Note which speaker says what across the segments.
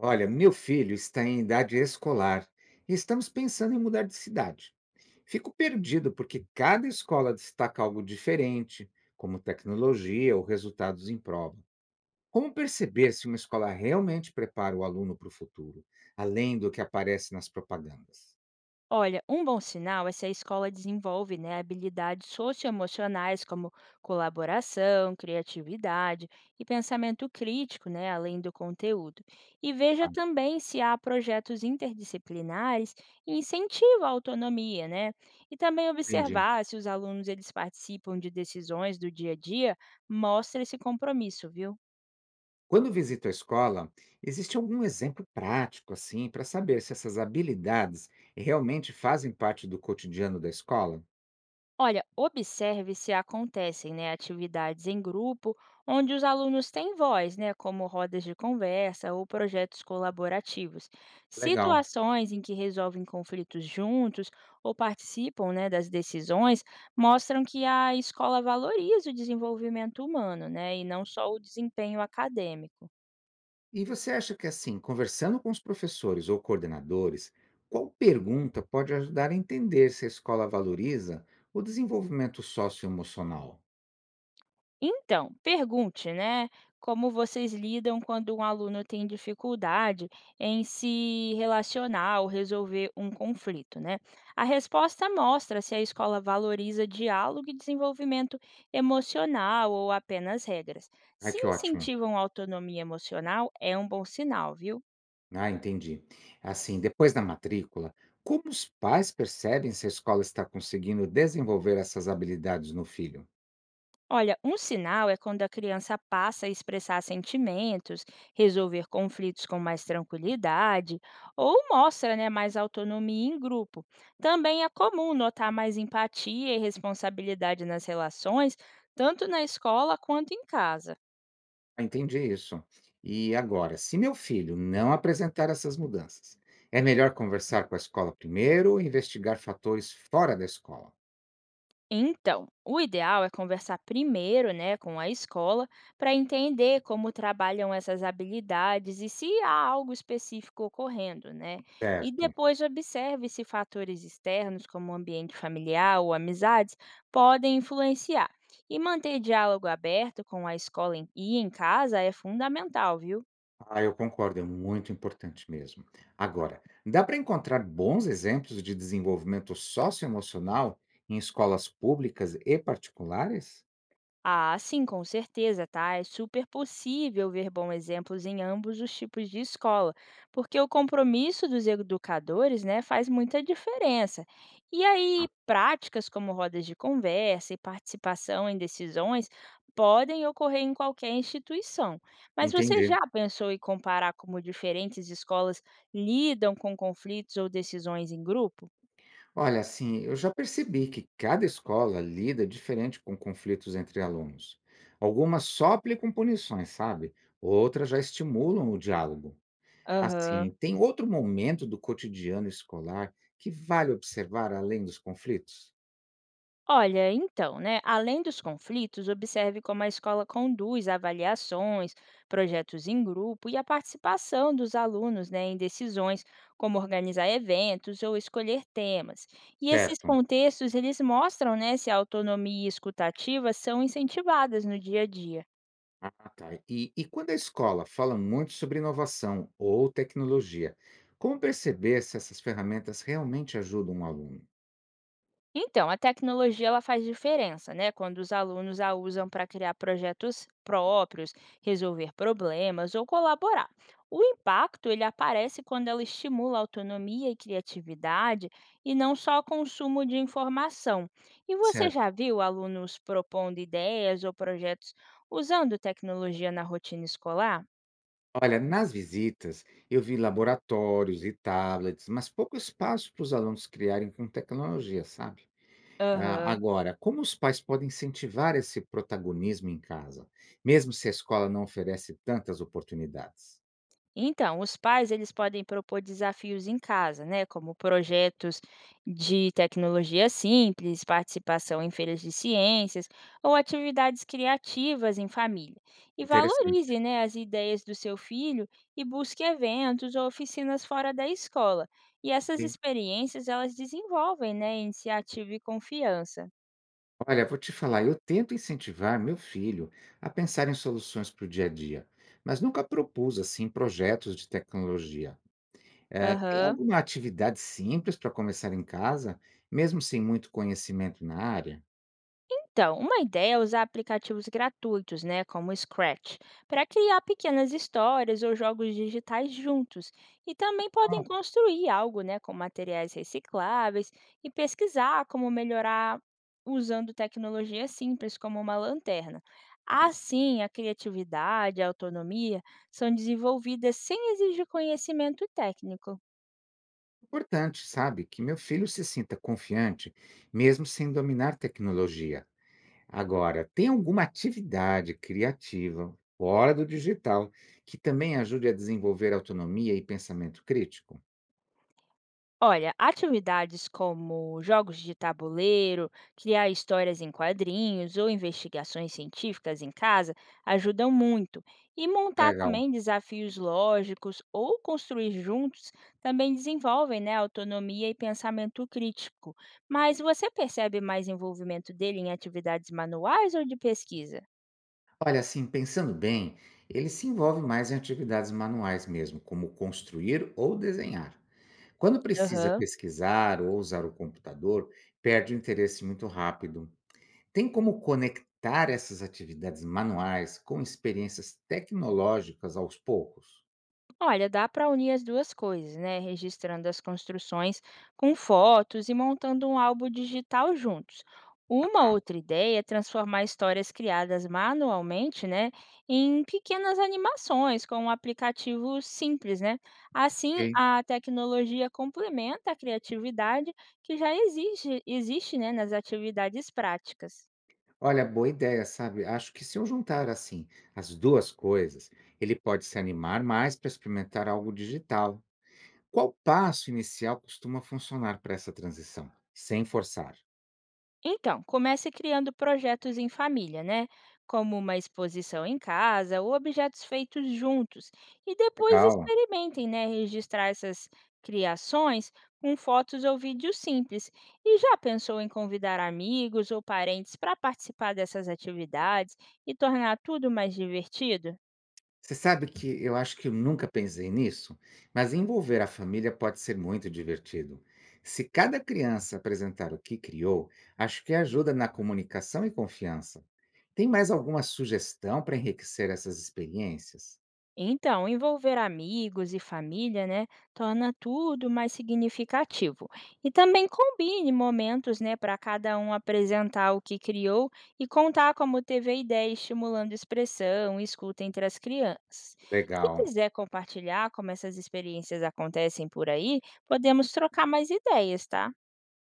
Speaker 1: Olha, meu filho está em idade escolar e estamos pensando em mudar de cidade. Fico perdido porque cada escola destaca algo diferente, como tecnologia ou resultados em prova. Como perceber se uma escola realmente prepara o aluno para o futuro, além do que aparece nas propagandas?
Speaker 2: Olha, um bom sinal é se a escola desenvolve, né, habilidades socioemocionais como colaboração, criatividade e pensamento crítico, né, além do conteúdo. E
Speaker 1: Tá,
Speaker 2: veja também se há projetos interdisciplinares e incentivo à autonomia, né? E também
Speaker 1: entendi.
Speaker 2: observar se os alunos eles participam de decisões do dia a dia, mostra esse compromisso, viu?
Speaker 1: Quando visito a escola, existe algum exemplo prático assim para saber se essas habilidades realmente fazem parte do cotidiano da escola?
Speaker 2: Olha, observe se acontecem, né, atividades em grupo onde os alunos têm voz, né, como rodas de conversa ou projetos colaborativos.
Speaker 1: Legal.
Speaker 2: Situações em que resolvem conflitos juntos ou participam, né, das decisões mostram que a escola valoriza o desenvolvimento humano, né, e não só o desempenho acadêmico.
Speaker 1: E você acha que, assim, conversando com os professores ou coordenadores, qual pergunta pode ajudar a entender se a escola valoriza o desenvolvimento socioemocional?
Speaker 2: Então, pergunte, né, como vocês lidam quando um aluno tem dificuldade em se relacionar ou resolver um conflito, né? A resposta mostra se a escola valoriza diálogo e desenvolvimento emocional ou apenas regras.
Speaker 1: Ah,
Speaker 2: Se
Speaker 1: que ótimo.
Speaker 2: incentivam a autonomia emocional, é um bom sinal, viu?
Speaker 1: Ah, entendi. Assim, depois da matrícula, como os pais percebem se a escola está conseguindo desenvolver essas habilidades no filho?
Speaker 2: Olha, um sinal é quando a criança passa a expressar sentimentos, resolver conflitos com mais tranquilidade ou mostra, né, mais autonomia em grupo. Também é comum notar mais empatia e responsabilidade nas relações, tanto na escola quanto em casa.
Speaker 1: Ah, entendi isso. E agora, se meu filho não apresentar essas mudanças, é melhor conversar com a escola primeiro ou investigar fatores fora da escola?
Speaker 2: Então, o ideal é conversar primeiro, né, com a escola para entender como trabalham essas habilidades e se há algo específico ocorrendo, né? E
Speaker 1: Certo.
Speaker 2: depois observe se fatores externos, como o ambiente familiar ou amizades, podem influenciar. E manter diálogo aberto com a escola e em casa é fundamental, viu?
Speaker 1: Ah, eu concordo, é muito importante mesmo. Agora, dá para encontrar bons exemplos de desenvolvimento socioemocional em escolas públicas e particulares?
Speaker 2: Ah, sim, com certeza, tá? É super possível ver bons exemplos em ambos os tipos de escola, porque o compromisso dos educadores, né, faz muita diferença. E aí, práticas como rodas de conversa e participação em decisões podem ocorrer em qualquer instituição. Mas você
Speaker 1: Entendi.
Speaker 2: já pensou em comparar como diferentes escolas lidam com conflitos ou decisões em grupo?
Speaker 1: Olha, assim, eu já percebi que cada escola lida diferente com conflitos entre alunos. Algumas só aplicam punições, sabe? Outras já estimulam o diálogo. Assim,
Speaker 2: Aham.
Speaker 1: tem outro momento do cotidiano escolar que vale observar além dos conflitos?
Speaker 2: Olha, então, né, além dos conflitos, observe como a escola conduz avaliações, projetos em grupo e a participação dos alunos, né, em decisões, como organizar eventos ou escolher temas. E esses
Speaker 1: Certo.
Speaker 2: contextos, eles mostram, né, se a autonomia escutativa são incentivadas no dia a dia.
Speaker 1: Ah, tá. E quando a escola fala muito sobre inovação ou tecnologia, como perceber se essas ferramentas realmente ajudam um aluno?
Speaker 2: Então, a tecnologia ela faz diferença, né? Quando os alunos a usam para criar projetos próprios, resolver problemas ou colaborar. O impacto ele aparece quando ela estimula a autonomia e criatividade e não só o consumo de informação. E você
Speaker 1: Certo.
Speaker 2: já viu alunos propondo ideias ou projetos usando tecnologia na rotina escolar?
Speaker 1: Olha, nas visitas eu vi laboratórios e tablets, mas pouco espaço para os alunos criarem com tecnologia, sabe? Ah,
Speaker 2: Aham.
Speaker 1: agora, como os pais podem incentivar esse protagonismo em casa, mesmo se a escola não oferece tantas oportunidades?
Speaker 2: Então, os pais eles podem propor desafios em casa, né, como projetos de tecnologia simples, participação em feiras de ciências ou atividades criativas em família. E
Speaker 1: Interessante.
Speaker 2: valorize, né, as ideias do seu filho e busque eventos ou oficinas fora da escola. E essas experiências elas desenvolvem, né, iniciativa e confiança.
Speaker 1: Olha, vou te falar, eu tento incentivar meu filho a pensar em soluções para o dia a dia, mas nunca propus assim projetos de tecnologia. Tem
Speaker 2: Aham.
Speaker 1: alguma atividade simples para começar em casa, mesmo sem muito conhecimento na área?
Speaker 2: Então, uma ideia é usar aplicativos gratuitos, né, como o Scratch, para criar pequenas histórias ou jogos digitais juntos. E também podem
Speaker 1: Ah,
Speaker 2: construir algo, né, com materiais recicláveis e pesquisar como melhorar usando tecnologias simples como uma lanterna. Assim, a criatividade e a autonomia são desenvolvidas sem exigir conhecimento técnico.
Speaker 1: importante, sabe, que meu filho se sinta confiante, mesmo sem dominar tecnologia. Agora, tem alguma atividade criativa fora do digital que também ajude a desenvolver autonomia e pensamento crítico?
Speaker 2: Olha, atividades como jogos de tabuleiro, criar histórias em quadrinhos ou investigações científicas em casa ajudam muito. E montar
Speaker 1: Legal.
Speaker 2: também desafios lógicos ou construir juntos também desenvolvem, né, autonomia e pensamento crítico. Mas você percebe mais envolvimento dele em atividades manuais ou de pesquisa?
Speaker 1: Olha, assim, pensando bem, ele se envolve mais em atividades manuais mesmo, como construir ou desenhar. Quando precisa
Speaker 2: Aham.
Speaker 1: pesquisar ou usar o computador, perde o interesse muito rápido. Tem como conectar essas atividades manuais com experiências tecnológicas aos poucos?
Speaker 2: Olha, dá para unir as duas coisas, né? Registrando as construções com fotos e montando um álbum digital juntos.
Speaker 1: Ah,
Speaker 2: Uma
Speaker 1: tá,
Speaker 2: outra ideia é transformar histórias criadas manualmente, né, em pequenas animações com um aplicativo simples, né? Assim,
Speaker 1: ok.
Speaker 2: a tecnologia complementa a criatividade que existe, né, nas atividades práticas.
Speaker 1: Olha, boa ideia, sabe? Acho que se eu juntar assim as duas coisas, ele pode se animar mais para experimentar algo digital. Qual passo inicial costuma funcionar para essa transição, sem forçar?
Speaker 2: Então, comece criando projetos em família, né? Como uma exposição em casa ou objetos feitos juntos. E depois
Speaker 1: Legal.
Speaker 2: experimentem, né? Registrar essas criações com fotos ou vídeos simples. E já pensou em convidar amigos ou parentes para participar dessas atividades e tornar tudo mais divertido?
Speaker 1: Você sabe que eu acho que eu nunca pensei nisso, mas envolver a família pode ser muito divertido. Se cada criança apresentar o que criou, acho que ajuda na comunicação e confiança. Tem mais alguma sugestão para enriquecer essas experiências?
Speaker 2: Então, envolver amigos e família, né, torna tudo mais significativo. E também combine momentos, né, para cada um apresentar o que criou e contar como teve a ideia, estimulando expressão e escuta entre as crianças. Se
Speaker 1: Legal.
Speaker 2: quiser compartilhar como essas experiências acontecem por aí, podemos trocar mais ideias, tá?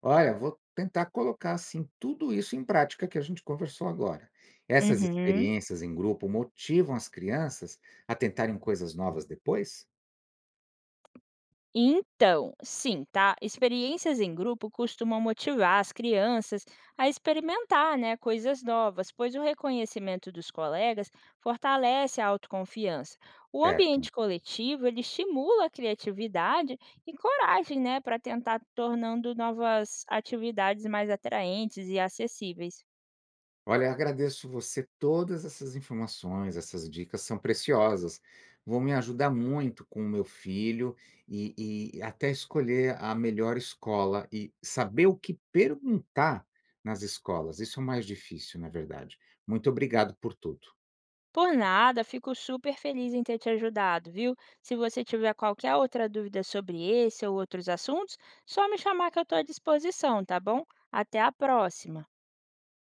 Speaker 1: Olha, vou tentar colocar, assim, tudo isso em prática que a gente conversou agora. Essas
Speaker 2: Uhum.
Speaker 1: experiências em grupo motivam as crianças a tentarem coisas novas depois?
Speaker 2: Então, sim, tá? Experiências em grupo costumam motivar as crianças a experimentar, né, coisas novas, pois o reconhecimento dos colegas fortalece a autoconfiança. O
Speaker 1: Certo.
Speaker 2: ambiente coletivo, ele estimula a criatividade e coragem, né, para tentar tornando novas atividades mais atraentes e acessíveis.
Speaker 1: Olha, agradeço você. Todas essas informações, essas dicas são preciosas. Vão me ajudar muito com o meu filho e até escolher a melhor escola e saber o que perguntar nas escolas. Isso é o mais difícil, na verdade. Muito obrigado por tudo.
Speaker 2: Por nada, fico super feliz em ter te ajudado, viu? Se você tiver qualquer outra dúvida sobre esse ou outros assuntos, só me chamar que eu estou à disposição, tá bom? Até a próxima!